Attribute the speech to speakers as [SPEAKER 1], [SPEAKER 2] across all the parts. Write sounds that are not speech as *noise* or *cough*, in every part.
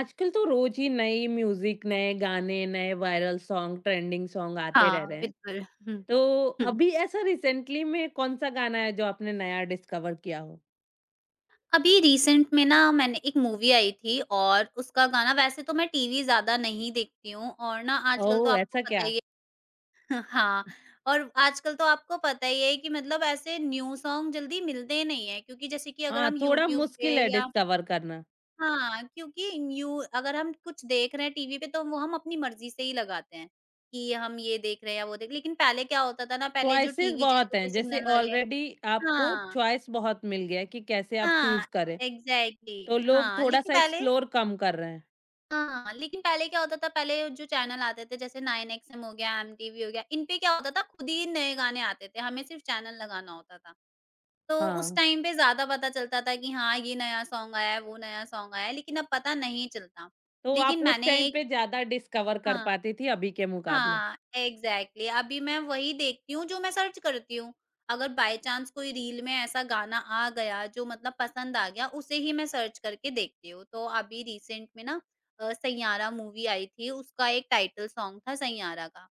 [SPEAKER 1] आजकल तो रोज ही नई म्यूजिक, नए गाने, नए वायरल सॉन्ग, ट्रेंडिंग सॉन्ग आते रह
[SPEAKER 2] हाँ,
[SPEAKER 1] रहे हैं।
[SPEAKER 2] बिल्कुल। हुँ,
[SPEAKER 1] तो
[SPEAKER 2] हुँ।
[SPEAKER 1] अभी ऐसा रिसेंटली में कौन-सा गाना है जो आपने नया डिस्कवर किया हो?
[SPEAKER 2] अभी रिसेंट में ना मैंने एक मूवी आई थी और उसका गाना वैसे तो मैं टीवी ज़्यादा नहीं देखती हूँ और ना आजकल तो
[SPEAKER 1] ओह!
[SPEAKER 2] आपको
[SPEAKER 1] ऐसा
[SPEAKER 2] पता
[SPEAKER 1] क्या?
[SPEAKER 2] ही है। *laughs* हाँ, और आजकल तो आपको पता ही है कि मतलब ऐसे न्यू सॉन्ग जल्दी मिलते नहीं हैं क्योंकि जैसे कि अगर
[SPEAKER 1] हाँ,
[SPEAKER 2] हम
[SPEAKER 1] थोड़ा
[SPEAKER 2] यूट्यूब
[SPEAKER 1] मुश्किल
[SPEAKER 2] पे
[SPEAKER 1] है
[SPEAKER 2] या
[SPEAKER 1] डिस्कवर करना।
[SPEAKER 2] हाँ, क्योंकि न्यू अगर हम कुछ देख रहे हैं टीवी पे तो वो हम अपनी मर्ज़ी से ही लगाते हैं, कि हम ये देख रहे हैं या वो देख लेकिन पहले क्या होता था ना, पहले जो
[SPEAKER 1] चॉइसेस
[SPEAKER 2] टीवी
[SPEAKER 1] बहुत
[SPEAKER 2] चलते
[SPEAKER 1] हैं,
[SPEAKER 2] थे
[SPEAKER 1] जैसे
[SPEAKER 2] सिग्नल वाले।
[SPEAKER 1] ऑलरेडी आपको
[SPEAKER 2] हाँ।
[SPEAKER 1] चॉइस बहुत मिल गया है कि कैसे आप चूज़
[SPEAKER 2] हाँ,
[SPEAKER 1] करें। तो
[SPEAKER 2] एग्ज़ैक्टली।
[SPEAKER 1] लोग थोड़ा-सा एक्सप्लोर कम कर रहे हैं।
[SPEAKER 2] हाँ, लेकिन पहले क्या होता था, पहले जो चैनल आते थे जैसे 9XM हो गया, एमटीवी हो गया, इन पे क्या होता था खुद ही नए गाने आते थे, हमें सिर्फ़ चैनल लगाना होता था। तो उस
[SPEAKER 1] हाँ,
[SPEAKER 2] टाइम पे ज़्यादा पता चलता था कि हाँ, ये नया सॉन्ग आया है, वो नया सॉन्ग आया है, लेकिन अब पता नहीं चलता।
[SPEAKER 1] तो आप
[SPEAKER 2] लेकिन
[SPEAKER 1] उस
[SPEAKER 2] मैंने
[SPEAKER 1] टाइम
[SPEAKER 2] एक
[SPEAKER 1] पे ज़्यादा डिस्कवर कर
[SPEAKER 2] हाँ।
[SPEAKER 1] पाती थी अभी के मुकाबले।
[SPEAKER 2] हाँ, एग्ज़ैक्टली। अभी मैं वही देखती हूँ जो मैं सर्च करती हूँ। अगर बाय चांस कोई रील में ऐसा गाना आ गया जो मतलब पसंद आ गया, उसे ही मैं सर्च करके देखती हूँ। तो अभी रिसेंट में ना सैयारा मूवी आई थी, उसका एक टाइटल सॉन्ग था सैयारा का।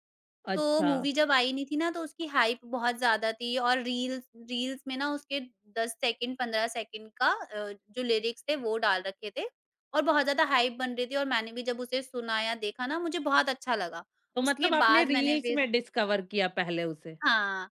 [SPEAKER 2] तो
[SPEAKER 1] अच्छा।
[SPEAKER 2] मूवी जब आई नहीं थी ना, तो उसकी हाइप बहुत ज़्यादा थी और रील्स रील्स में ना उसके 10 सेकंड, 15 सेकंड का जो लिरिक्स थे वो डाल रखे थे और बहुत ज़्यादा हाइप बन रही थी और मैंने भी जब उसे सुना या देखा ना मुझे बहुत अच्छा लगा।
[SPEAKER 1] तो
[SPEAKER 2] उसके
[SPEAKER 1] मतलब आपने
[SPEAKER 2] बाद मैंने
[SPEAKER 1] रील्स
[SPEAKER 2] फिर
[SPEAKER 1] में डिस्कवर किया पहले उसे।
[SPEAKER 2] हाँ,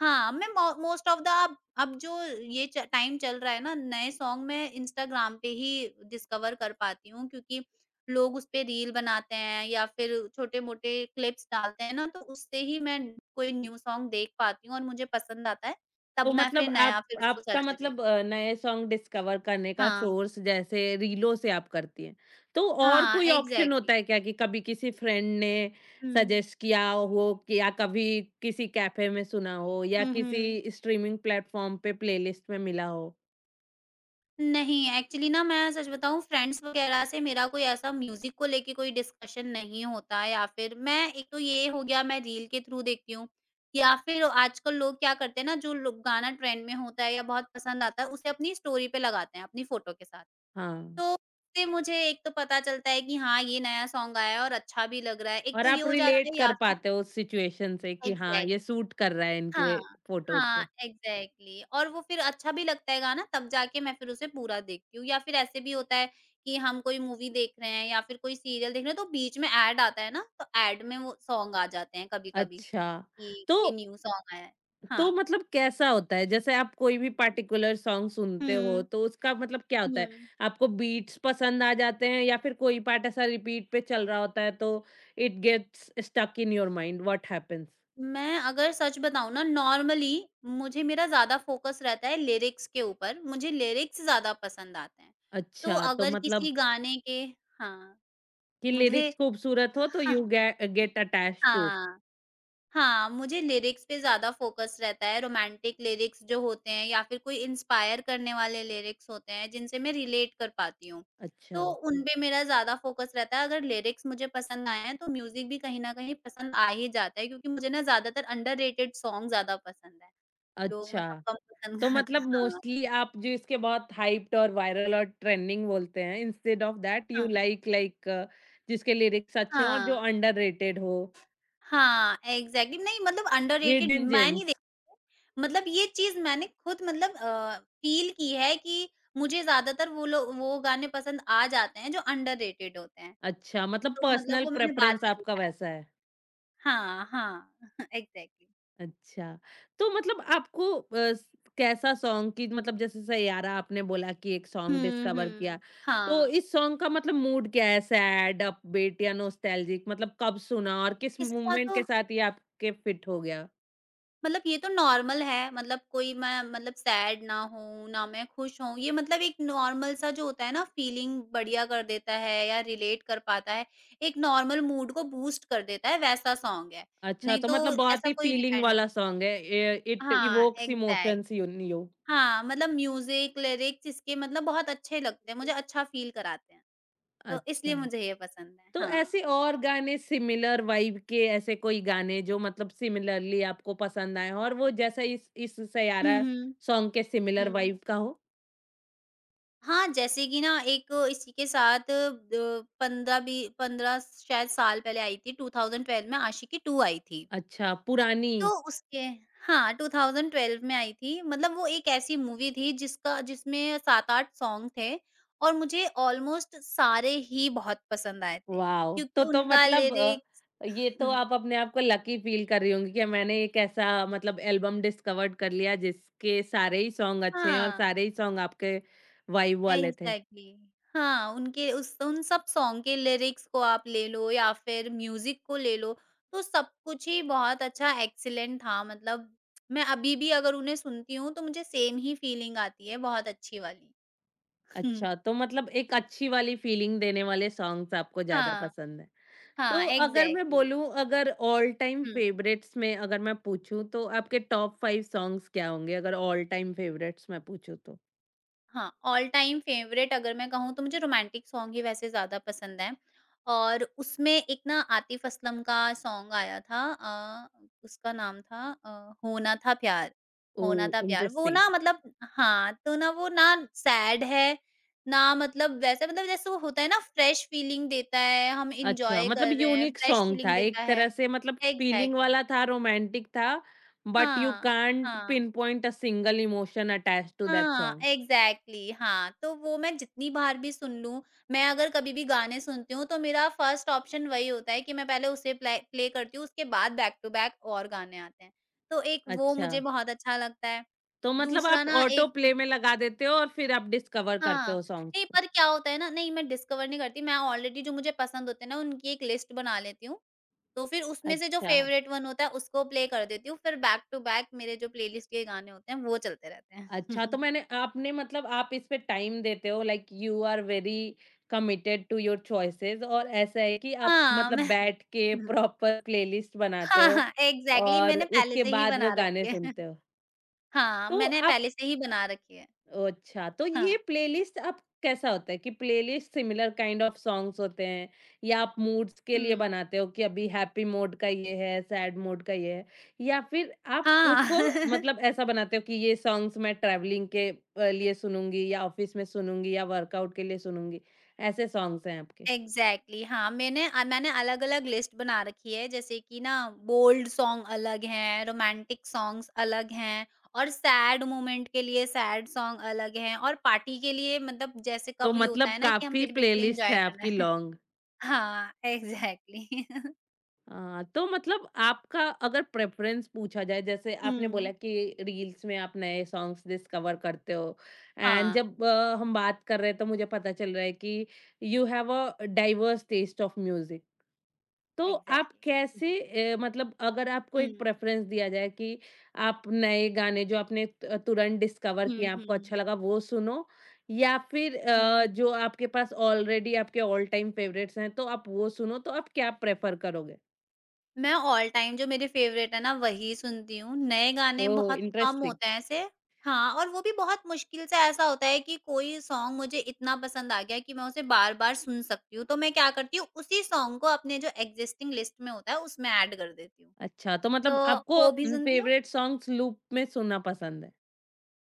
[SPEAKER 2] हाँ, मैं मो मोस्ट ऑफ द अब जो ये च टाइम चल रहा है ना, नए सॉन्ग मैं इंस्टाग्राम पे ही डिस्कवर कर पाती हूँ क्योंकि लोग उसपे रील बनाते हैं या फिर छोटे-मोटे क्लिप्स डालते हैं ना, तो उससे ही मैं कोई न्यू सॉन्ग देख पाती हूँ और मुझे पसंद आता है,
[SPEAKER 1] तो
[SPEAKER 2] तब मैं
[SPEAKER 1] मतलब
[SPEAKER 2] फिर
[SPEAKER 1] आप
[SPEAKER 2] नया फिर उसको
[SPEAKER 1] आपका
[SPEAKER 2] सर्च करके
[SPEAKER 1] मतलब
[SPEAKER 2] देखती हूँ।
[SPEAKER 1] नए सॉन्ग डिस्कवर करने का
[SPEAKER 2] हाँ,
[SPEAKER 1] सोर्स जैसे रीलों से आप करती हैं। तो और हाँ।
[SPEAKER 2] हाँ,
[SPEAKER 1] कोई ऑप्शन होता
[SPEAKER 2] एग्ज़ैक्टली।
[SPEAKER 1] है क्या कि कभी किसी फ्रेंड ने
[SPEAKER 2] हुँ।
[SPEAKER 1] सजेस्ट किया हो कि या कभी किसी कैफ़े में सुना हो या
[SPEAKER 2] हुँ,
[SPEAKER 1] किसी
[SPEAKER 2] हुँ।
[SPEAKER 1] *laughs* स्ट्रीमिंग प्लेटफ़ॉर्म पे प्लेलिस्ट में मिला हो?
[SPEAKER 2] नहीं, एक्चुअली ना मैं सच बताऊँ फ्रेंड्स वगैरह से मेरा कोई ऐसा म्यूज़िक को लेके कोई डिस्कशन नहीं होता, या फिर मैं एक तो ये हो गया मैं रील के थ्रू देखती हूँ, या फिर आजकल लोग क्या करते हैं ना जो लो गाना ट्रेंड में होता है या बहुत पसंद आता है उसे अपनी स्टोरी पे लगाते हैं, अपनी फ़ोटो के साथ।
[SPEAKER 1] हाँ,
[SPEAKER 2] तो उससे मुझे एक तो पता चलता है कि हाँ, ये नया सॉन्ग आया है और अच्छा भी लग रहा है। एक
[SPEAKER 1] और
[SPEAKER 2] तो ये
[SPEAKER 1] आप
[SPEAKER 2] हो जाता
[SPEAKER 1] रिलेट
[SPEAKER 2] है या
[SPEAKER 1] कर
[SPEAKER 2] फिर
[SPEAKER 1] पाते हो उस सिचुएशन से कि हाँ,
[SPEAKER 2] एग्ज़ैक्ट
[SPEAKER 1] ये सूट कर रहा है इनके
[SPEAKER 2] हाँ,
[SPEAKER 1] फ़ोटोज़ पे।
[SPEAKER 2] हाँ, एग्ज़ैक्टली और वो फिर अच्छा भी लगता है गाना, तब जाके मैं फिर उसे पूरा देखती हूँ या फिर ऐसे भी होता है कि हम कोई मूवी देख रहे हैं या फिर कोई सीरियल देख रहे हैं तो बीच में ऐड आता है ना, तो ऐड में वो सॉन्ग आ जाते हैं कभी-कभी
[SPEAKER 1] अच्छा,
[SPEAKER 2] कि
[SPEAKER 1] तो
[SPEAKER 2] ये न्यू सॉन्ग आया है।
[SPEAKER 1] तो
[SPEAKER 2] हाँ।
[SPEAKER 1] मतलब कैसा होता है? जैसे आप कोई भी पार्टिकुलर सॉन्ग सुनते हो
[SPEAKER 2] हुँ,
[SPEAKER 1] तो उसका मतलब क्या होता
[SPEAKER 2] हुँ।
[SPEAKER 1] है? आपको बीट्स पसंद आ जाते हैं या फिर कोई पार्ट ऐसा रिपीट पे चल रहा होता है तो it gets stuck in your mind what happens?
[SPEAKER 2] मैं अगर सच बताऊँ ना, नॉर्मली मुझे मेरा ज़्यादा फ़ोकस रहता है लिरिक्स के ऊपर, मुझे लिरिक्स ज़्यादा पसंद आते हैं। तो
[SPEAKER 1] अच्छा, तो
[SPEAKER 2] अगर
[SPEAKER 1] मतलब
[SPEAKER 2] किसी गाने के हाँ,
[SPEAKER 1] कि
[SPEAKER 2] मुझे
[SPEAKER 1] लिरिक्स खूबसूरत
[SPEAKER 2] *laughs*
[SPEAKER 1] हो तो
[SPEAKER 2] हाँ,
[SPEAKER 1] यू गे गेट अटैच्ड टू इट।
[SPEAKER 2] हाँ। हाँ, मुझे लिरिक्स पे ज़्यादा फ़ोकस रहता है, रोमांटिक लिरिक्स जो होते हैं या फिर कोई इंस्पायर करने वाले लिरिक्स होते हैं, जिनसे मैं रिलेट कर पाती हूँ,
[SPEAKER 1] अच्छा।
[SPEAKER 2] तो उन पे मेरा ज़्यादा फ़ोकस रहता है। अगर लिरिक्स मुझे पसंद आए हैं, तो म्यूज़िक भी कहीं न कहीं पसंद आ ही जाता है क्योंकि मुझे ना ज़्यादातर अंडररेटेड सॉन्ग ज़्यादा पसंद है। लोग
[SPEAKER 1] अच्छा।
[SPEAKER 2] मतलब कम पसंद
[SPEAKER 1] तो
[SPEAKER 2] *laughs* करते
[SPEAKER 1] मतलब
[SPEAKER 2] हैं। हाँ,
[SPEAKER 1] मोस्टली आप जो इसके बहुत हाइप्ड और वायरल और ट्रेंडिंग बोलते हैं, इंस्टेड ऑफ दैट यू
[SPEAKER 2] हाँ,
[SPEAKER 1] लाइक लाइक जिसके लिरिक्स अच्छे हों और जो
[SPEAKER 2] हाँ।
[SPEAKER 1] अंडररेटेड हो।
[SPEAKER 2] हाँ, एग्ज़ैक्टली। नहीं मतलब अंडररेटेड
[SPEAKER 1] हिडन
[SPEAKER 2] मैं नहीं
[SPEAKER 1] जेम्स।
[SPEAKER 2] देखती मतलब ये चीज़ मैंने खुद मतलब फ़ील की है कि मुझे ज़्यादातर वो लो वो गाने पसंद आ जाते हैं जो अंडररेटेड होते हैं।
[SPEAKER 1] अच्छा, मतलब
[SPEAKER 2] तो मतलब
[SPEAKER 1] पर्सनल
[SPEAKER 2] वो मैंने बाद
[SPEAKER 1] प्रेफ़रेंस
[SPEAKER 2] में
[SPEAKER 1] आपका
[SPEAKER 2] देखा है।
[SPEAKER 1] वैसा है।
[SPEAKER 2] हाँ, हाँ, *laughs* एग्ज़ैक्टली।
[SPEAKER 1] अच्छा, तो मतलब आपको अ, स कैसा सॉन्ग कि मतलब जैसे सैयारा आपने बोला कि एक सॉन्ग
[SPEAKER 2] हुँ,
[SPEAKER 1] डिस्कवर किया,
[SPEAKER 2] हुँ।
[SPEAKER 1] तो
[SPEAKER 2] हाँ,
[SPEAKER 1] इस सॉन्ग का मतलब मूड क्या है? सैड, अपबीट या नॉस्टैल्जिक मतलब कब सुना और किस
[SPEAKER 2] इसका
[SPEAKER 1] मूवमेंट
[SPEAKER 2] तो
[SPEAKER 1] के साथ ये आपके फिट हो गया?
[SPEAKER 2] मतलब ये तो नॉर्मल है, मतलब कोई मैं मतलब सैड ना हूँ, ना मैं खुश हूँ, ये मतलब एक नॉर्मल सा जो होता है ना फीलिंग बढ़िया कर देता है या रिलेट कर पाता है, एक नॉर्मल मूड को बूस्ट कर देता है वैसा सॉन्ग है।
[SPEAKER 1] अच्छा,
[SPEAKER 2] नहीं
[SPEAKER 1] तो
[SPEAKER 2] तो
[SPEAKER 1] मतलब बहुत
[SPEAKER 2] ऐसा
[SPEAKER 1] ही
[SPEAKER 2] कोई
[SPEAKER 1] फीलिंग
[SPEAKER 2] डिपेंड
[SPEAKER 1] वाला सॉन्ग है। ए इट
[SPEAKER 2] हाँ,
[SPEAKER 1] evokes
[SPEAKER 2] exact
[SPEAKER 1] emotions in you.
[SPEAKER 2] हाँ, मतलब म्यूज़िक, लिरिक्स इसके मतलब बहुत अच्छे लगते हैं, मुझे अच्छा फील कराते हैं, तो इसलिए
[SPEAKER 1] अच्छा।
[SPEAKER 2] मुझे ये पसंद है।
[SPEAKER 1] तो
[SPEAKER 2] हाँ।
[SPEAKER 1] ऐसे और गाने सिमिलर वाइब के, ऐसे कोई गाने जो मतलब सिमिलरली आपको पसंद आए हों और वो जैसा इस
[SPEAKER 2] हुँ,
[SPEAKER 1] सयारा
[SPEAKER 2] हुँ।
[SPEAKER 1] सॉन्ग के सिमिलर
[SPEAKER 2] हुँ।
[SPEAKER 1] वाइब का हो?
[SPEAKER 2] हाँ, जैसे कि ना एक इसी के साथ 15 बी 15 शायद साल पहले आई थी, 2012 में आशिकी 2 आई थी।
[SPEAKER 1] अच्छा, पुरानी।
[SPEAKER 2] तो उसके हाँ, 2012 में आई थी। मतलब वो एक ऐसी मूवी थी जिसका जिसमें 7-8 सॉन्ग थे और मुझे ऑलमोस्ट सारे ही बहुत पसंद आए थे,
[SPEAKER 1] वॉव! तो
[SPEAKER 2] क्योंकि
[SPEAKER 1] तो
[SPEAKER 2] उनका
[SPEAKER 1] मतलब
[SPEAKER 2] लिरिक्स
[SPEAKER 1] ये तो
[SPEAKER 2] *laughs*
[SPEAKER 1] आप अपने आप को लकी फ़ील कर रही होंगी कि मैंने एक ऐसा मतलब एल्बम डिस्कवर्ड कर लिया जिसके सारे ही सॉन्ग अच्छे हैं और
[SPEAKER 2] हाँ।
[SPEAKER 1] सारे ही सॉन्ग आपके वाइब वाले थे।
[SPEAKER 2] एग्ज़ैक्टली। हाँ, उनके उस उन सब सॉन्ग के लिरिक्स को आप ले लो या फिर म्यूज़िक को ले लो, तो सब कुछ ही बहुत अच्छा एक्सीलेंट था, मतलब मैं अभी भी अगर उन्हें सुनती हूँ, तो मुझे सेम ही फीलिंग आती है बहुत अच्छी वाली। *laughs* हम्म,
[SPEAKER 1] अच्छा, तो मतलब एक अच्छी वाली फ़ीलिंग देने वाले सॉन्ग्स आपको ज़्यादा
[SPEAKER 2] हाँ,
[SPEAKER 1] पसंद हैं। तो
[SPEAKER 2] हाँ,
[SPEAKER 1] अगर मैं
[SPEAKER 2] एग्ज़ैक्टली।
[SPEAKER 1] बोलूँ, अगर ऑल टाइम
[SPEAKER 2] हुँ।
[SPEAKER 1] फेवरेट्स में अगर मैं पूछूं, तो आपके टॉप 5 सॉन्ग्स क्या होंगे अगर ऑल टाइम फेवरेट्स मैं पूछूं तो?
[SPEAKER 2] हाँ, ऑल टाइम फेवरेट अगर मैं कहूँ तो मुझे रोमांटिक सॉन्ग ही वैसे ज़्यादा पसंद हैं और उसमें एक ना आतिफ असलम का सॉन्ग आया था उसका नाम था होना था प्यार,
[SPEAKER 1] ओ,
[SPEAKER 2] होना था प्यार, वो
[SPEAKER 1] इंटरेस्टिंग।
[SPEAKER 2] ना मतलब हाँ, तो ना वो ना सैड है, ना मतलब वैसे मतलब जैसे वो होता है ना फ्रेश फीलिंग देता है, हम
[SPEAKER 1] अच्छा,
[SPEAKER 2] एन्जॉय
[SPEAKER 1] मतलब
[SPEAKER 2] कर रहे हैं,
[SPEAKER 1] यूनिक
[SPEAKER 2] फ्रेश
[SPEAKER 1] सॉन्ग था,
[SPEAKER 2] फीलिंग
[SPEAKER 1] एक
[SPEAKER 2] देता है।
[SPEAKER 1] तरह से मतलब फीलिंग
[SPEAKER 2] एग्ज़ैक्टली
[SPEAKER 1] वाला था, रोमांटिक था, बट यू
[SPEAKER 2] हाँ,
[SPEAKER 1] कांट
[SPEAKER 2] हाँ।
[SPEAKER 1] Pinpoint a single emotion attach to that
[SPEAKER 2] हाँ,
[SPEAKER 1] सॉन्ग।
[SPEAKER 2] एग्ज़ैक्टली। हाँ, तो वो मैं जितनी बार भी सुन लूँ, मैं अगर कभी भी गाने सुनती हूँ, तो मेरा फर्स्ट ऑप्शन वही होता है कि मैं पहले उसे प्ले प्ले करती हूँ, उसके बाद बैक टू बैक और गाने आते हैं। तो एक वो
[SPEAKER 1] अच्छा,
[SPEAKER 2] मुझे बहुत अच्छा लगता है।
[SPEAKER 1] तो मतलब
[SPEAKER 2] दूसरा
[SPEAKER 1] आप
[SPEAKER 2] ना
[SPEAKER 1] ऑटो
[SPEAKER 2] एक
[SPEAKER 1] प्ले में लगा देते हो और फिर आप डिस्कवर करते
[SPEAKER 2] हाँ,
[SPEAKER 1] हो सॉन्ग्स
[SPEAKER 2] नहीं
[SPEAKER 1] को।
[SPEAKER 2] पर क्या होता है ना, नहीं मैं डिस्कवर नहीं करती, मैं ऑलरेडी जो मुझे पसंद होते हैं ना, उनकी एक लिस्ट बना लेती हूँ। तो फिर उसमें से जो
[SPEAKER 1] अच्छा।
[SPEAKER 2] फ़ेवरेट वन होता है, उसको प्ले कर देती हूँ, फिर बैक टू बैक मेरे जो प्लेलिस्ट के गाने होते हैं, वो चलते रहते हैं।
[SPEAKER 1] अच्छा, तो
[SPEAKER 2] *laughs*
[SPEAKER 1] मैंने आपने मतलब आप इस पे टाइम देते हो, like you are very committed to your choices, और ऐसा है कि आप
[SPEAKER 2] हाँ, मैं
[SPEAKER 1] मतलब बैठ के
[SPEAKER 2] *laughs*
[SPEAKER 1] प्रॉपर प्लेलिस्ट बनाते
[SPEAKER 2] हाँ,
[SPEAKER 1] हो
[SPEAKER 2] हाँ, एग्ज़ैक्टली
[SPEAKER 1] और
[SPEAKER 2] मैंने पहले
[SPEAKER 1] उसके
[SPEAKER 2] से ही
[SPEAKER 1] बाद वो
[SPEAKER 2] बना
[SPEAKER 1] गाने
[SPEAKER 2] रखी है।
[SPEAKER 1] सुनते
[SPEAKER 2] *laughs*
[SPEAKER 1] हो।
[SPEAKER 2] हाँ,
[SPEAKER 1] तो
[SPEAKER 2] मैंने
[SPEAKER 1] आप,
[SPEAKER 2] पहले से ही बना रखी है।
[SPEAKER 1] ओह! अच्छा, तो ये
[SPEAKER 2] हाँ।
[SPEAKER 1] प्लेलिस्ट अब कैसा होता है कि playlist similar kind of songs होते हैं, या आप मूड्स के लिए
[SPEAKER 2] हुँ।
[SPEAKER 1] बनाते हो कि अभी हैप्पी मोड का ये है, सैड मोड का ये है, या फिर आप
[SPEAKER 2] हाँ।
[SPEAKER 1] उसको
[SPEAKER 2] *laughs*
[SPEAKER 1] मतलब ऐसा बनाते हो कि ये सॉन्ग्स मैं ट्रैवलिंग के लिए सुनूँगी या ऑफिस में सुनूँगी या वर्कआउट के लिए सुनूँगी, ऐसे सॉन्ग्स हैं आपके?
[SPEAKER 2] एग्ज़ैक्टली। हाँ, मैंने मैंने अलग-अलग लिस्ट बना रखी है जैसे कि ना बोल्ड सॉन्ग अलग हैं, रोमांटिक सॉन्ग्स अलग हैं और सैड मोमेंट के लिए सैड सॉन्ग अलग हैं और पार्टी के लिए मतलब जैसे
[SPEAKER 1] तो
[SPEAKER 2] कब ये होता
[SPEAKER 1] मतलब
[SPEAKER 2] है ना कि हम
[SPEAKER 1] काफ़ी
[SPEAKER 2] बिल्कुल
[SPEAKER 1] प्लेलिस्ट
[SPEAKER 2] एन्जॉय
[SPEAKER 1] है
[SPEAKER 2] करना
[SPEAKER 1] आपकी
[SPEAKER 2] है। *laughs*
[SPEAKER 1] लॉन्ग।
[SPEAKER 2] हाँ, एग्ज़ैक्टली।
[SPEAKER 1] तो मतलब आपका, अगर प्रेफरेंस पूछा जाए, जैसे आपने बोला
[SPEAKER 2] हुँ।
[SPEAKER 1] कि रील्स में आप नए सॉन्ग्स डिस्कवर करते हो,
[SPEAKER 2] *laughs*
[SPEAKER 1] एंड
[SPEAKER 2] हाँ,
[SPEAKER 1] जब हम बात कर रहे हैं, तो मुझे पता चल रहा है कि you have a diverse taste of music. तो आप
[SPEAKER 2] एग्ज़ैक्टली।
[SPEAKER 1] कैसे, मतलब अगर आपको
[SPEAKER 2] हुँ।
[SPEAKER 1] एक प्रेफरेंस दिया जाए कि आप नए गाने जो आपने तुरंत डिस्कवर
[SPEAKER 2] हुँ,
[SPEAKER 1] किए, आपको
[SPEAKER 2] हुँ।
[SPEAKER 1] अच्छा लगा, वो सुनो या फिर
[SPEAKER 2] हुँ।
[SPEAKER 1] जो आपके पास ऑलरेडी आपके ऑल टाइम फेवरेट्स हैं तो आप वो सुनो, तो आप क्या प्रेफर करोगे?
[SPEAKER 2] मैं ऑल टाइम जो मेरे फ़ेवरेट है ना वही सुनती हूँ, नए गाने
[SPEAKER 1] ओह!
[SPEAKER 2] बहुत कम
[SPEAKER 1] इंटरेस्टिंग।
[SPEAKER 2] होते हैं ऐसे। हाँ, और वो भी बहुत मुश्किल से ऐसा होता है कि कोई सॉन्ग मुझे इतना पसंद आ गया कि मैं उसे बार-बार सुन सकती हूँ, तो मैं क्या करती हूँ उसी सॉन्ग को अपने जो एक्सिस्टिंग लिस्ट में होता है उसमें ऐड कर देती हूँ।
[SPEAKER 1] अच्छा, तो मतलब
[SPEAKER 2] तो
[SPEAKER 1] आपको
[SPEAKER 2] वो भी सुनती हूँ
[SPEAKER 1] फेवरेट सॉन्ग्स लूप में सुनना पसंद है।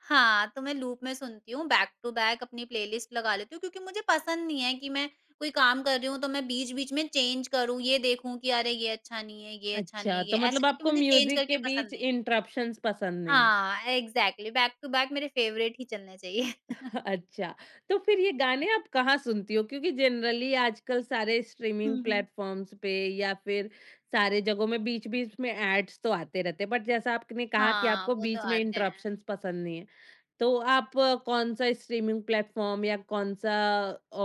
[SPEAKER 2] हाँ, तो मैं लूप में सुनती हूँ, बैक टू बैक अपनी प्लेलिस्ट लगा लेती हूँ क्योंकि मुझे पसंद नहीं है कि मैं कोई काम कर रही हूँ तो मैं बीच-बीच में चेंज करूँ, ये देखूँ कि अरे ये अच्छा नहीं है, ये अच्छा
[SPEAKER 1] अच्छा,
[SPEAKER 2] नहीं है, ये
[SPEAKER 1] तो
[SPEAKER 2] ऐसे
[SPEAKER 1] मतलब
[SPEAKER 2] करके
[SPEAKER 1] आपको
[SPEAKER 2] मुझे चेंज
[SPEAKER 1] म्यूज़िक
[SPEAKER 2] करके
[SPEAKER 1] के
[SPEAKER 2] पसंद
[SPEAKER 1] बीच
[SPEAKER 2] नहीं है।
[SPEAKER 1] इंटरप्शंस पसंद नहीं।
[SPEAKER 2] हाँ, एग्ज़ैक्टली बैक टू बैक मेरे फ़ेवरेट ही चलने चाहिए।
[SPEAKER 1] *laughs* अच्छा, तो फिर ये गाने आप कहाँ सुनती हो? क्योंकि जनरली आजकल सारे
[SPEAKER 2] *laughs*
[SPEAKER 1] स्ट्रीमिंग
[SPEAKER 2] हुँ, हुँ।
[SPEAKER 1] प्लेटफ़ॉर्म्स पे या फिर सारे जगहों में बीच-बीच में एड्स तो आते रहते हैं, बट जैसा आपने कहा कि
[SPEAKER 2] हाँ,
[SPEAKER 1] आपको
[SPEAKER 2] वो तो
[SPEAKER 1] बीच में
[SPEAKER 2] आते हैं।
[SPEAKER 1] इंटरप्शंस पसंद नहीं है। तो आप कौन-सा स्ट्रीमिंग प्लेटफ़ॉर्म या कौन-सा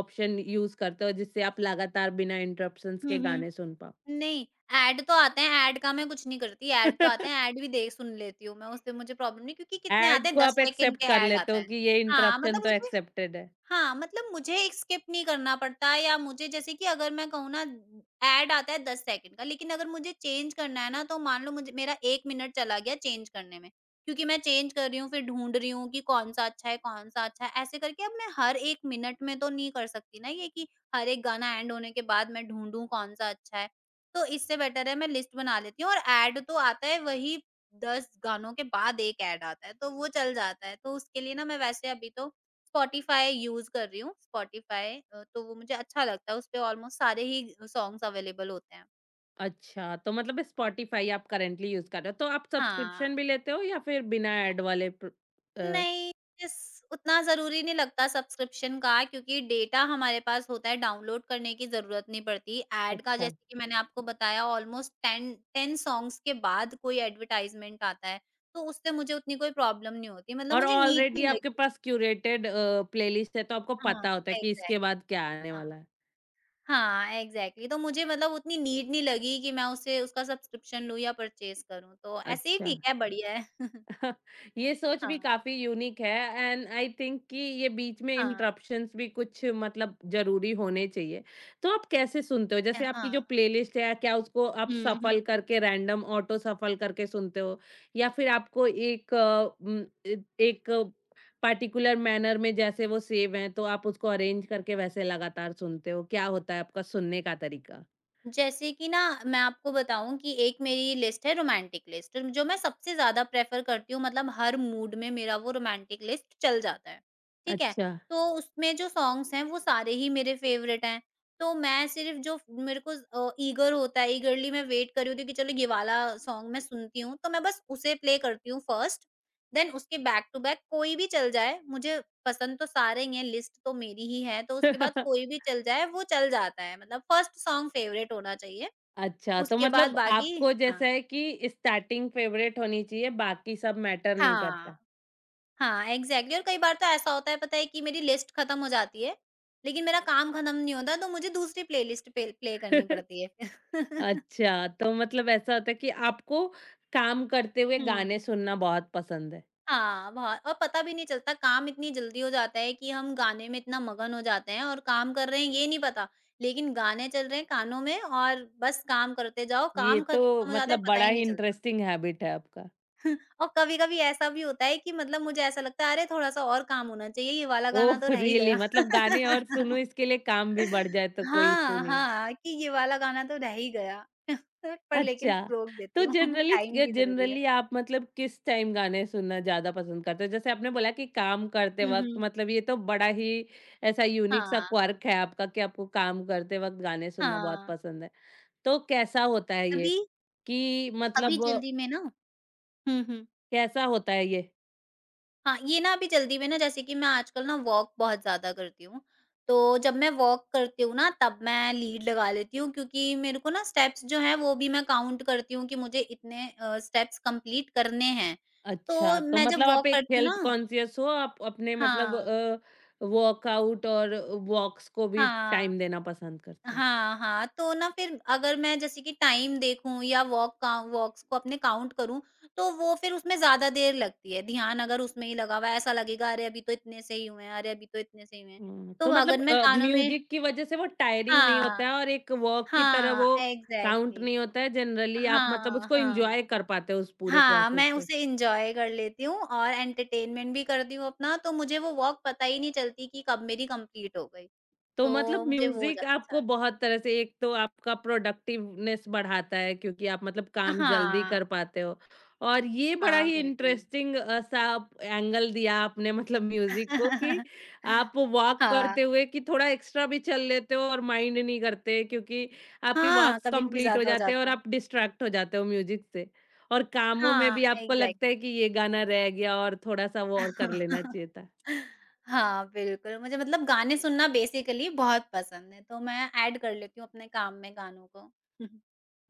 [SPEAKER 1] ऑप्शन यूज़ करते हो जिससे आप लगातार बिना इंटरप्शंस
[SPEAKER 2] हुँ,
[SPEAKER 1] के
[SPEAKER 2] हुँ।
[SPEAKER 1] गाने सुन पाओ?
[SPEAKER 2] नहीं, ऐड तो आते हैं, ऐड का मैं कुछ नहीं करती, ऐड तो आते हैं,
[SPEAKER 1] *laughs*
[SPEAKER 2] ऐड भी देख सुन लेती हूँ मैं, उससे मुझे प्रॉब्लम नहीं क्योंकि कितने
[SPEAKER 1] ऐड
[SPEAKER 2] आते हैं,
[SPEAKER 1] को
[SPEAKER 2] 10
[SPEAKER 1] आप
[SPEAKER 2] सेकंड
[SPEAKER 1] एक्सेप्ट
[SPEAKER 2] के
[SPEAKER 1] कर
[SPEAKER 2] ऐड
[SPEAKER 1] लेते
[SPEAKER 2] आते
[SPEAKER 1] हो
[SPEAKER 2] हैं।
[SPEAKER 1] कि ये
[SPEAKER 2] हाँ,
[SPEAKER 1] इंटरप्शन
[SPEAKER 2] मतलब
[SPEAKER 1] तो
[SPEAKER 2] मुझे
[SPEAKER 1] एक्सेप्टेड है।
[SPEAKER 2] हाँ, मतलब मुझे एक स्किप नहीं करना पड़ता है या मुझे जैसे कि अगर मैं कहूँ ना एड आता है 10 सेकंड का, लेकिन अगर मुझे चेंज करना है ना तो मान लो मुझे मेरा 1 मिनट चला गया चेंज करने में, क्योंकि मैं चेंज कर रही हूँ, फिर ढूँढ रही हूँ कि कौन-सा अच्छा है, ऐसे करके अब मैं हर 1 मिनट में तो नहीं कर सकती ना ये कि हर एक गाना एंड होने के बाद मैं ढूँढूँ कौन-सा अच्छा है। तो इससे बेटर है मैं लिस्ट बना लेती हूँ और एड तो आता है वही 10 गानों के बाद 1 एड आता है, तो वो चल जाता है। तो उसके लिए ना मैं वैसे अभी तो स्पॉटिफ़ाई यूज़ कर रही हूँ, स्पॉटिफ़ाई तो वो मुझे अच्छा लगता है, उसपे ऑलमोस्ट सारे ही सॉन्ग्स अवेलेबल होते हैं।
[SPEAKER 1] अच्छा, तो मतलब स्पॉटिफ़ाई आप करंटली यूज़ कर रहे हो। तो आप
[SPEAKER 2] हाँ,
[SPEAKER 1] सब्सक्रिप्शन भी लेते हो या फिर बिना ऐड वाले अ,
[SPEAKER 2] नहीं, इस उतना ज़रूरी नहीं लगता सब्सक्रिप्शन का क्योंकि डेटा हमारे पास होता है, डाउनलोड करने की ज़रूरत नहीं पड़ती। ऐड का
[SPEAKER 1] अच्छा।
[SPEAKER 2] जैसे कि मैंने आपको बताया ऑलमोस्ट 10 सॉन्ग्स के बाद कोई एडवर्टाइज़मेंट आता है, तो उससे मुझे उतनी कोई प्रॉब्लम नहीं होती, मतलब
[SPEAKER 1] और
[SPEAKER 2] मुझे नीड
[SPEAKER 1] ऑलरेडी
[SPEAKER 2] नहीं
[SPEAKER 1] आपके
[SPEAKER 2] लगी।
[SPEAKER 1] पास क्यूरेटेड प्लेलिस्ट है, तो आपको
[SPEAKER 2] हाँ,
[SPEAKER 1] पता होता है कि
[SPEAKER 2] एग्ज़ैक्ट।
[SPEAKER 1] इसके बाद क्या आने
[SPEAKER 2] हाँ।
[SPEAKER 1] वाला है।
[SPEAKER 2] हाँ, एग्ज़ैक्टली तो मुझे मतलब उतनी नीड नहीं लगी कि मैं उसे उसका सब्सक्रिप्शन लूँ या परचेज़ करूँ, तो ऐसे ही
[SPEAKER 1] अच्छा।
[SPEAKER 2] ठीक है, बढ़िया है। *laughs*
[SPEAKER 1] *laughs* ये सोच भी
[SPEAKER 2] हाँ,
[SPEAKER 1] काफ़ी यूनिक है, एंड आई थिंक कि ये बीच में
[SPEAKER 2] हाँ,
[SPEAKER 1] इंटरप्शंस भी कुछ मतलब ज़रूरी होने चाहिए। तो आप कैसे सुनते हो? जैसे आपकी
[SPEAKER 2] हाँ।
[SPEAKER 1] जो प्लेलिस्ट है, क्या उसको आप
[SPEAKER 2] हुँ,
[SPEAKER 1] सफल
[SPEAKER 2] हुँ।
[SPEAKER 1] करके, रैंडम ऑटो सफल करके सुनते हो? या फिर आपको एक उम, ए एक पार्टिकुलर मैनर में जैसे वो सेव हैं, तो आप उसको अरेंज करके वैसे लगातार सुनते हो? क्या होता है आपका सुनने का तरीका?
[SPEAKER 2] जैसे कि ना मैं आपको बताऊँ कि एक मेरी लिस्ट है रोमांटिक लिस्ट, जो मैं सबसे ज़्यादा प्रेफ़र करती हूँ मतलब हर मूड में मेरा वो रोमांटिक लिस्ट चल जाता है, ठीक है?
[SPEAKER 1] अच्छा।
[SPEAKER 2] तो उसमें जो सॉन्ग्स हैं वो सारे ही मेरे फ़ेवरेट हैं, तो मैं सिर्फ़ जो मेरे को ईगर होता है ईगरली मैं वेट कर रही होती हूँ कि चलो ये वाला सॉन्ग मैं सुनती हूँ, तो मैं बस उसे प्ले करती हूँ फर्स्ट देन उसके बैक टू बैक कोई भी चल जाए मुझे पसंद तो सारे ही हैं, लिस्ट तो मेरी ही है, तो उसके बाद
[SPEAKER 1] *laughs*
[SPEAKER 2] कोई भी चल जाए वो चल जाता है। मतलब फर्स्ट सॉन्ग फ़ेवरेट होना चाहिए,
[SPEAKER 1] अच्छा, तो
[SPEAKER 2] उसके बाद
[SPEAKER 1] मतलब
[SPEAKER 2] बाकी
[SPEAKER 1] आपको
[SPEAKER 2] हाँ।
[SPEAKER 1] जैसा है कि स्टार्टिंग फेवरेट होनी चाहिए, बाकी सब मैटर नहीं करता।
[SPEAKER 2] हाँ, हाँ, एग्ज़ैक्टली और कई बार तो ऐसा होता है पता है कि मेरी लिस्ट ख़त्म हो जाती है, लेकिन मेरा काम ख़त्म नहीं होता तो मुझे दूसरी प्लेलिस्ट पे प्ले करनी
[SPEAKER 1] *laughs*
[SPEAKER 2] पड़ती है।
[SPEAKER 1] अच्छा, तो मतलब ऐसा होता है कि आपको काम करते हुए गाने
[SPEAKER 2] हुँ। *laughs*
[SPEAKER 1] सुनना बहुत पसंद है।
[SPEAKER 2] हाँ, बहुत और पता भी नहीं चलता काम इतनी जल्दी हो जाता है कि हम गाने में इतना मगन हो जाते हैं और काम कर रहे हैं ये नहीं पता। लेकिन गाने चल रहे हैं कानों में और बस काम करते जाओ,
[SPEAKER 1] ये
[SPEAKER 2] काम
[SPEAKER 1] तो
[SPEAKER 2] खत्म हो जाता
[SPEAKER 1] मतलब
[SPEAKER 2] है पता
[SPEAKER 1] बड़ा
[SPEAKER 2] ही
[SPEAKER 1] ही
[SPEAKER 2] नहीं चलता।
[SPEAKER 1] इंटरेस्टिंग हैबिट है आपका।
[SPEAKER 2] *laughs* और कभी-कभी ऐसा भी होता है कि मतलब मुझे ऐसा लगता है अरे थोड़ा-सा और काम होना चाहिए, ये वाला
[SPEAKER 1] ओह!
[SPEAKER 2] गाना तो
[SPEAKER 1] *laughs*
[SPEAKER 2] रह ही
[SPEAKER 1] रियली,
[SPEAKER 2] गया।
[SPEAKER 1] मतलब गाने और सुनो इसके लिए
[SPEAKER 2] *laughs*
[SPEAKER 1] काम भी बढ़ जाए तो कोई इशू
[SPEAKER 2] हाँ,
[SPEAKER 1] नहीं है।
[SPEAKER 2] हाँ, कि ये वाला गाना तो रह ही गया। *laughs* पर
[SPEAKER 1] अच्छा,
[SPEAKER 2] लेकिन रोक देती
[SPEAKER 1] तो
[SPEAKER 2] हूँ *laughs* टाइम भी ज़रूरी है।
[SPEAKER 1] जनरली आप मतलब किस टाइम गाने सुनना ज़्यादा पसंद करते हो? जैसे आपने बोला कि काम करते
[SPEAKER 2] हुँ,
[SPEAKER 1] वक़्त
[SPEAKER 2] हुँ।
[SPEAKER 1] मतलब ये तो बड़ा ही ऐसा यूनिक सा
[SPEAKER 2] हाँ,
[SPEAKER 1] क्वर्क है आपका कि आपको काम करते वक़्त गाने सुनना बहुत
[SPEAKER 2] हाँ।
[SPEAKER 1] पसंद है। तो कैसा होता है ये?
[SPEAKER 2] अभी
[SPEAKER 1] कि
[SPEAKER 2] अभी
[SPEAKER 1] मतलब
[SPEAKER 2] जल्दी में ना हुँ, हुँ।
[SPEAKER 1] कैसा होता है ये?
[SPEAKER 2] हाँ, ये ना अभी जल्दी में ना जैसे कि मैं आजकल ना वॉक बहुत ज़्यादा करती हूँ। तो जब मैं वॉक करती हूँ ना तब मैं लीड लगा लेती हूँ क्योंकि मेरे को ना स्टेप्स जो हैं वो भी मैं काउंट करती हूँ कि मुझे इतने स्टेप्स कंप्लीट करने हैं।
[SPEAKER 1] अच्छा,
[SPEAKER 2] तो
[SPEAKER 1] तो
[SPEAKER 2] मैं जब
[SPEAKER 1] मतलब आप
[SPEAKER 2] वॉक
[SPEAKER 1] एक
[SPEAKER 2] करती हूँ
[SPEAKER 1] हेल्थ
[SPEAKER 2] ना
[SPEAKER 1] कॉन्शियस हो, आप अपने मतलब
[SPEAKER 2] हाँ,
[SPEAKER 1] वर्कआउट और वॉक्स को भी
[SPEAKER 2] हाँ।
[SPEAKER 1] टाइम देना पसंद करते हो।
[SPEAKER 2] हाँ, हाँ, तो ना फिर अगर मैं जैसे कि टाइम देखूँ या वॉक का वॉक्स को अपने काउंट करूँ, तो वो फिर उसमें ज़्यादा देर लगती है। ध्यान अगर उसमें ही लगा हुआ है, ऐसा लगेगा अरे अभी तो इतने से ही हुए हैं, अरे अभी तो इतने से ही हुए हैं।
[SPEAKER 1] हुँ,
[SPEAKER 2] तो
[SPEAKER 1] तो
[SPEAKER 2] अगर
[SPEAKER 1] मतलब
[SPEAKER 2] मैं कानों में
[SPEAKER 1] म्यूज़िक की वज़ह से वो टायरिंग नहीं *laughs* होता
[SPEAKER 2] हाँ,
[SPEAKER 1] है और एक वर्क की तरह
[SPEAKER 2] हाँ,
[SPEAKER 1] वो काउंट
[SPEAKER 2] एग्ज़ैक्टली
[SPEAKER 1] नहीं होता है, जनरली आप मतलब
[SPEAKER 2] हाँ,
[SPEAKER 1] उसको
[SPEAKER 2] हाँ।
[SPEAKER 1] एन्जॉय कर पाते हो उस पूरे
[SPEAKER 2] हाँ,
[SPEAKER 1] प्रोसेस
[SPEAKER 2] मैं
[SPEAKER 1] को।
[SPEAKER 2] उसे एन्जॉय कर लेती हूँ और एंटरटेनमेंट भी करती हूँ अपना, तो मुझे वो वॉक पता ही नहीं चलती कि कब मेरी कंप्लीट हो गई।
[SPEAKER 1] तो
[SPEAKER 2] तो
[SPEAKER 1] मतलब
[SPEAKER 2] मुझे वो
[SPEAKER 1] म्यूज़िक
[SPEAKER 2] ज़्यादा अच्छा
[SPEAKER 1] आपको
[SPEAKER 2] लगता
[SPEAKER 1] बहुत तरह से, एक तो आपका प्रोडक्टिवनेस बढ़ाता है क्योंकि आप मतलब
[SPEAKER 2] है।
[SPEAKER 1] काम जल्दी
[SPEAKER 2] हाँ,
[SPEAKER 1] कर पाते हो, और ये बड़ा
[SPEAKER 2] हाँ,
[SPEAKER 1] ही
[SPEAKER 2] बिल्कुल।
[SPEAKER 1] इंटरेस्टिंग सा एंगल दिया आपने मतलब म्यूज़िक को कि
[SPEAKER 2] *laughs*
[SPEAKER 1] आप वॉक
[SPEAKER 2] हाँ,
[SPEAKER 1] करते हुए कि थोड़ा एक्स्ट्रा भी चल लेते हो और माइंड नहीं करते, क्योंकि आपके
[SPEAKER 2] हाँ,
[SPEAKER 1] वॉक्स
[SPEAKER 2] कभी-कभी
[SPEAKER 1] कंप्लीट हो
[SPEAKER 2] ज़्यादा हो
[SPEAKER 1] जाते हैं और
[SPEAKER 2] जाता है।
[SPEAKER 1] आप डिस्ट्रैक्ट हो जाते हो म्यूज़िक से। और कामों में
[SPEAKER 2] हाँ,
[SPEAKER 1] भी आपको लगता
[SPEAKER 2] एग्ज़ैक्टली।
[SPEAKER 1] है कि ये गाना रह गया और थोड़ा-सा वो और कर लेना चाहिए
[SPEAKER 2] *laughs*
[SPEAKER 1] था।
[SPEAKER 2] हाँ, बिल्कुल, मुझे मतलब गाने सुनना बेसिकली बहुत पसंद है, तो मैं ऐड कर लेती हूँ अपने काम में गानों को।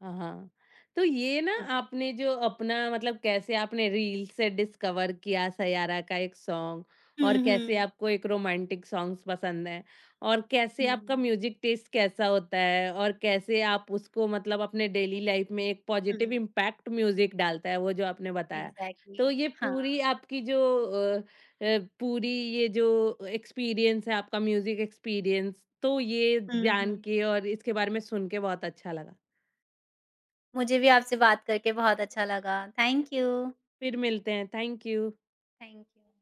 [SPEAKER 1] हाँ, तो ये ना
[SPEAKER 2] हुँ,
[SPEAKER 1] आपने जो अपना मतलब कैसे आपने रील से डिस्कवर किया सयारा का एक सॉन्ग, और कैसे
[SPEAKER 2] हुँ,
[SPEAKER 1] आपको एक रोमांटिक सॉन्ग्स पसंद है, और कैसे
[SPEAKER 2] हुँ,
[SPEAKER 1] आपका म्यूजिक टेस्ट कैसा होता है, और कैसे आप उसको मतलब अपने डेली लाइफ में एक पॉजिटिव
[SPEAKER 2] हुँ,
[SPEAKER 1] इम्पैक्ट म्यूजिक डालता है, वो जो आपने बताया,
[SPEAKER 2] एग्ज़ैक्टली,
[SPEAKER 1] तो ये पूरी
[SPEAKER 2] हाँ,
[SPEAKER 1] आपकी जो अ, पूरी ये जो एक्सपीरियंस है आपका, म्यूजिक एक्सपीरियंस, तो ये
[SPEAKER 2] हुँ,
[SPEAKER 1] जान
[SPEAKER 2] हुँ।
[SPEAKER 1] के और इसके बारे में सुन के बहुत अच्छा लगा।
[SPEAKER 2] मुझे भी आपसे बात करके बहुत अच्छा लगा। थैंक यू,
[SPEAKER 1] फिर मिलते हैं। Thank you.
[SPEAKER 2] Thank you.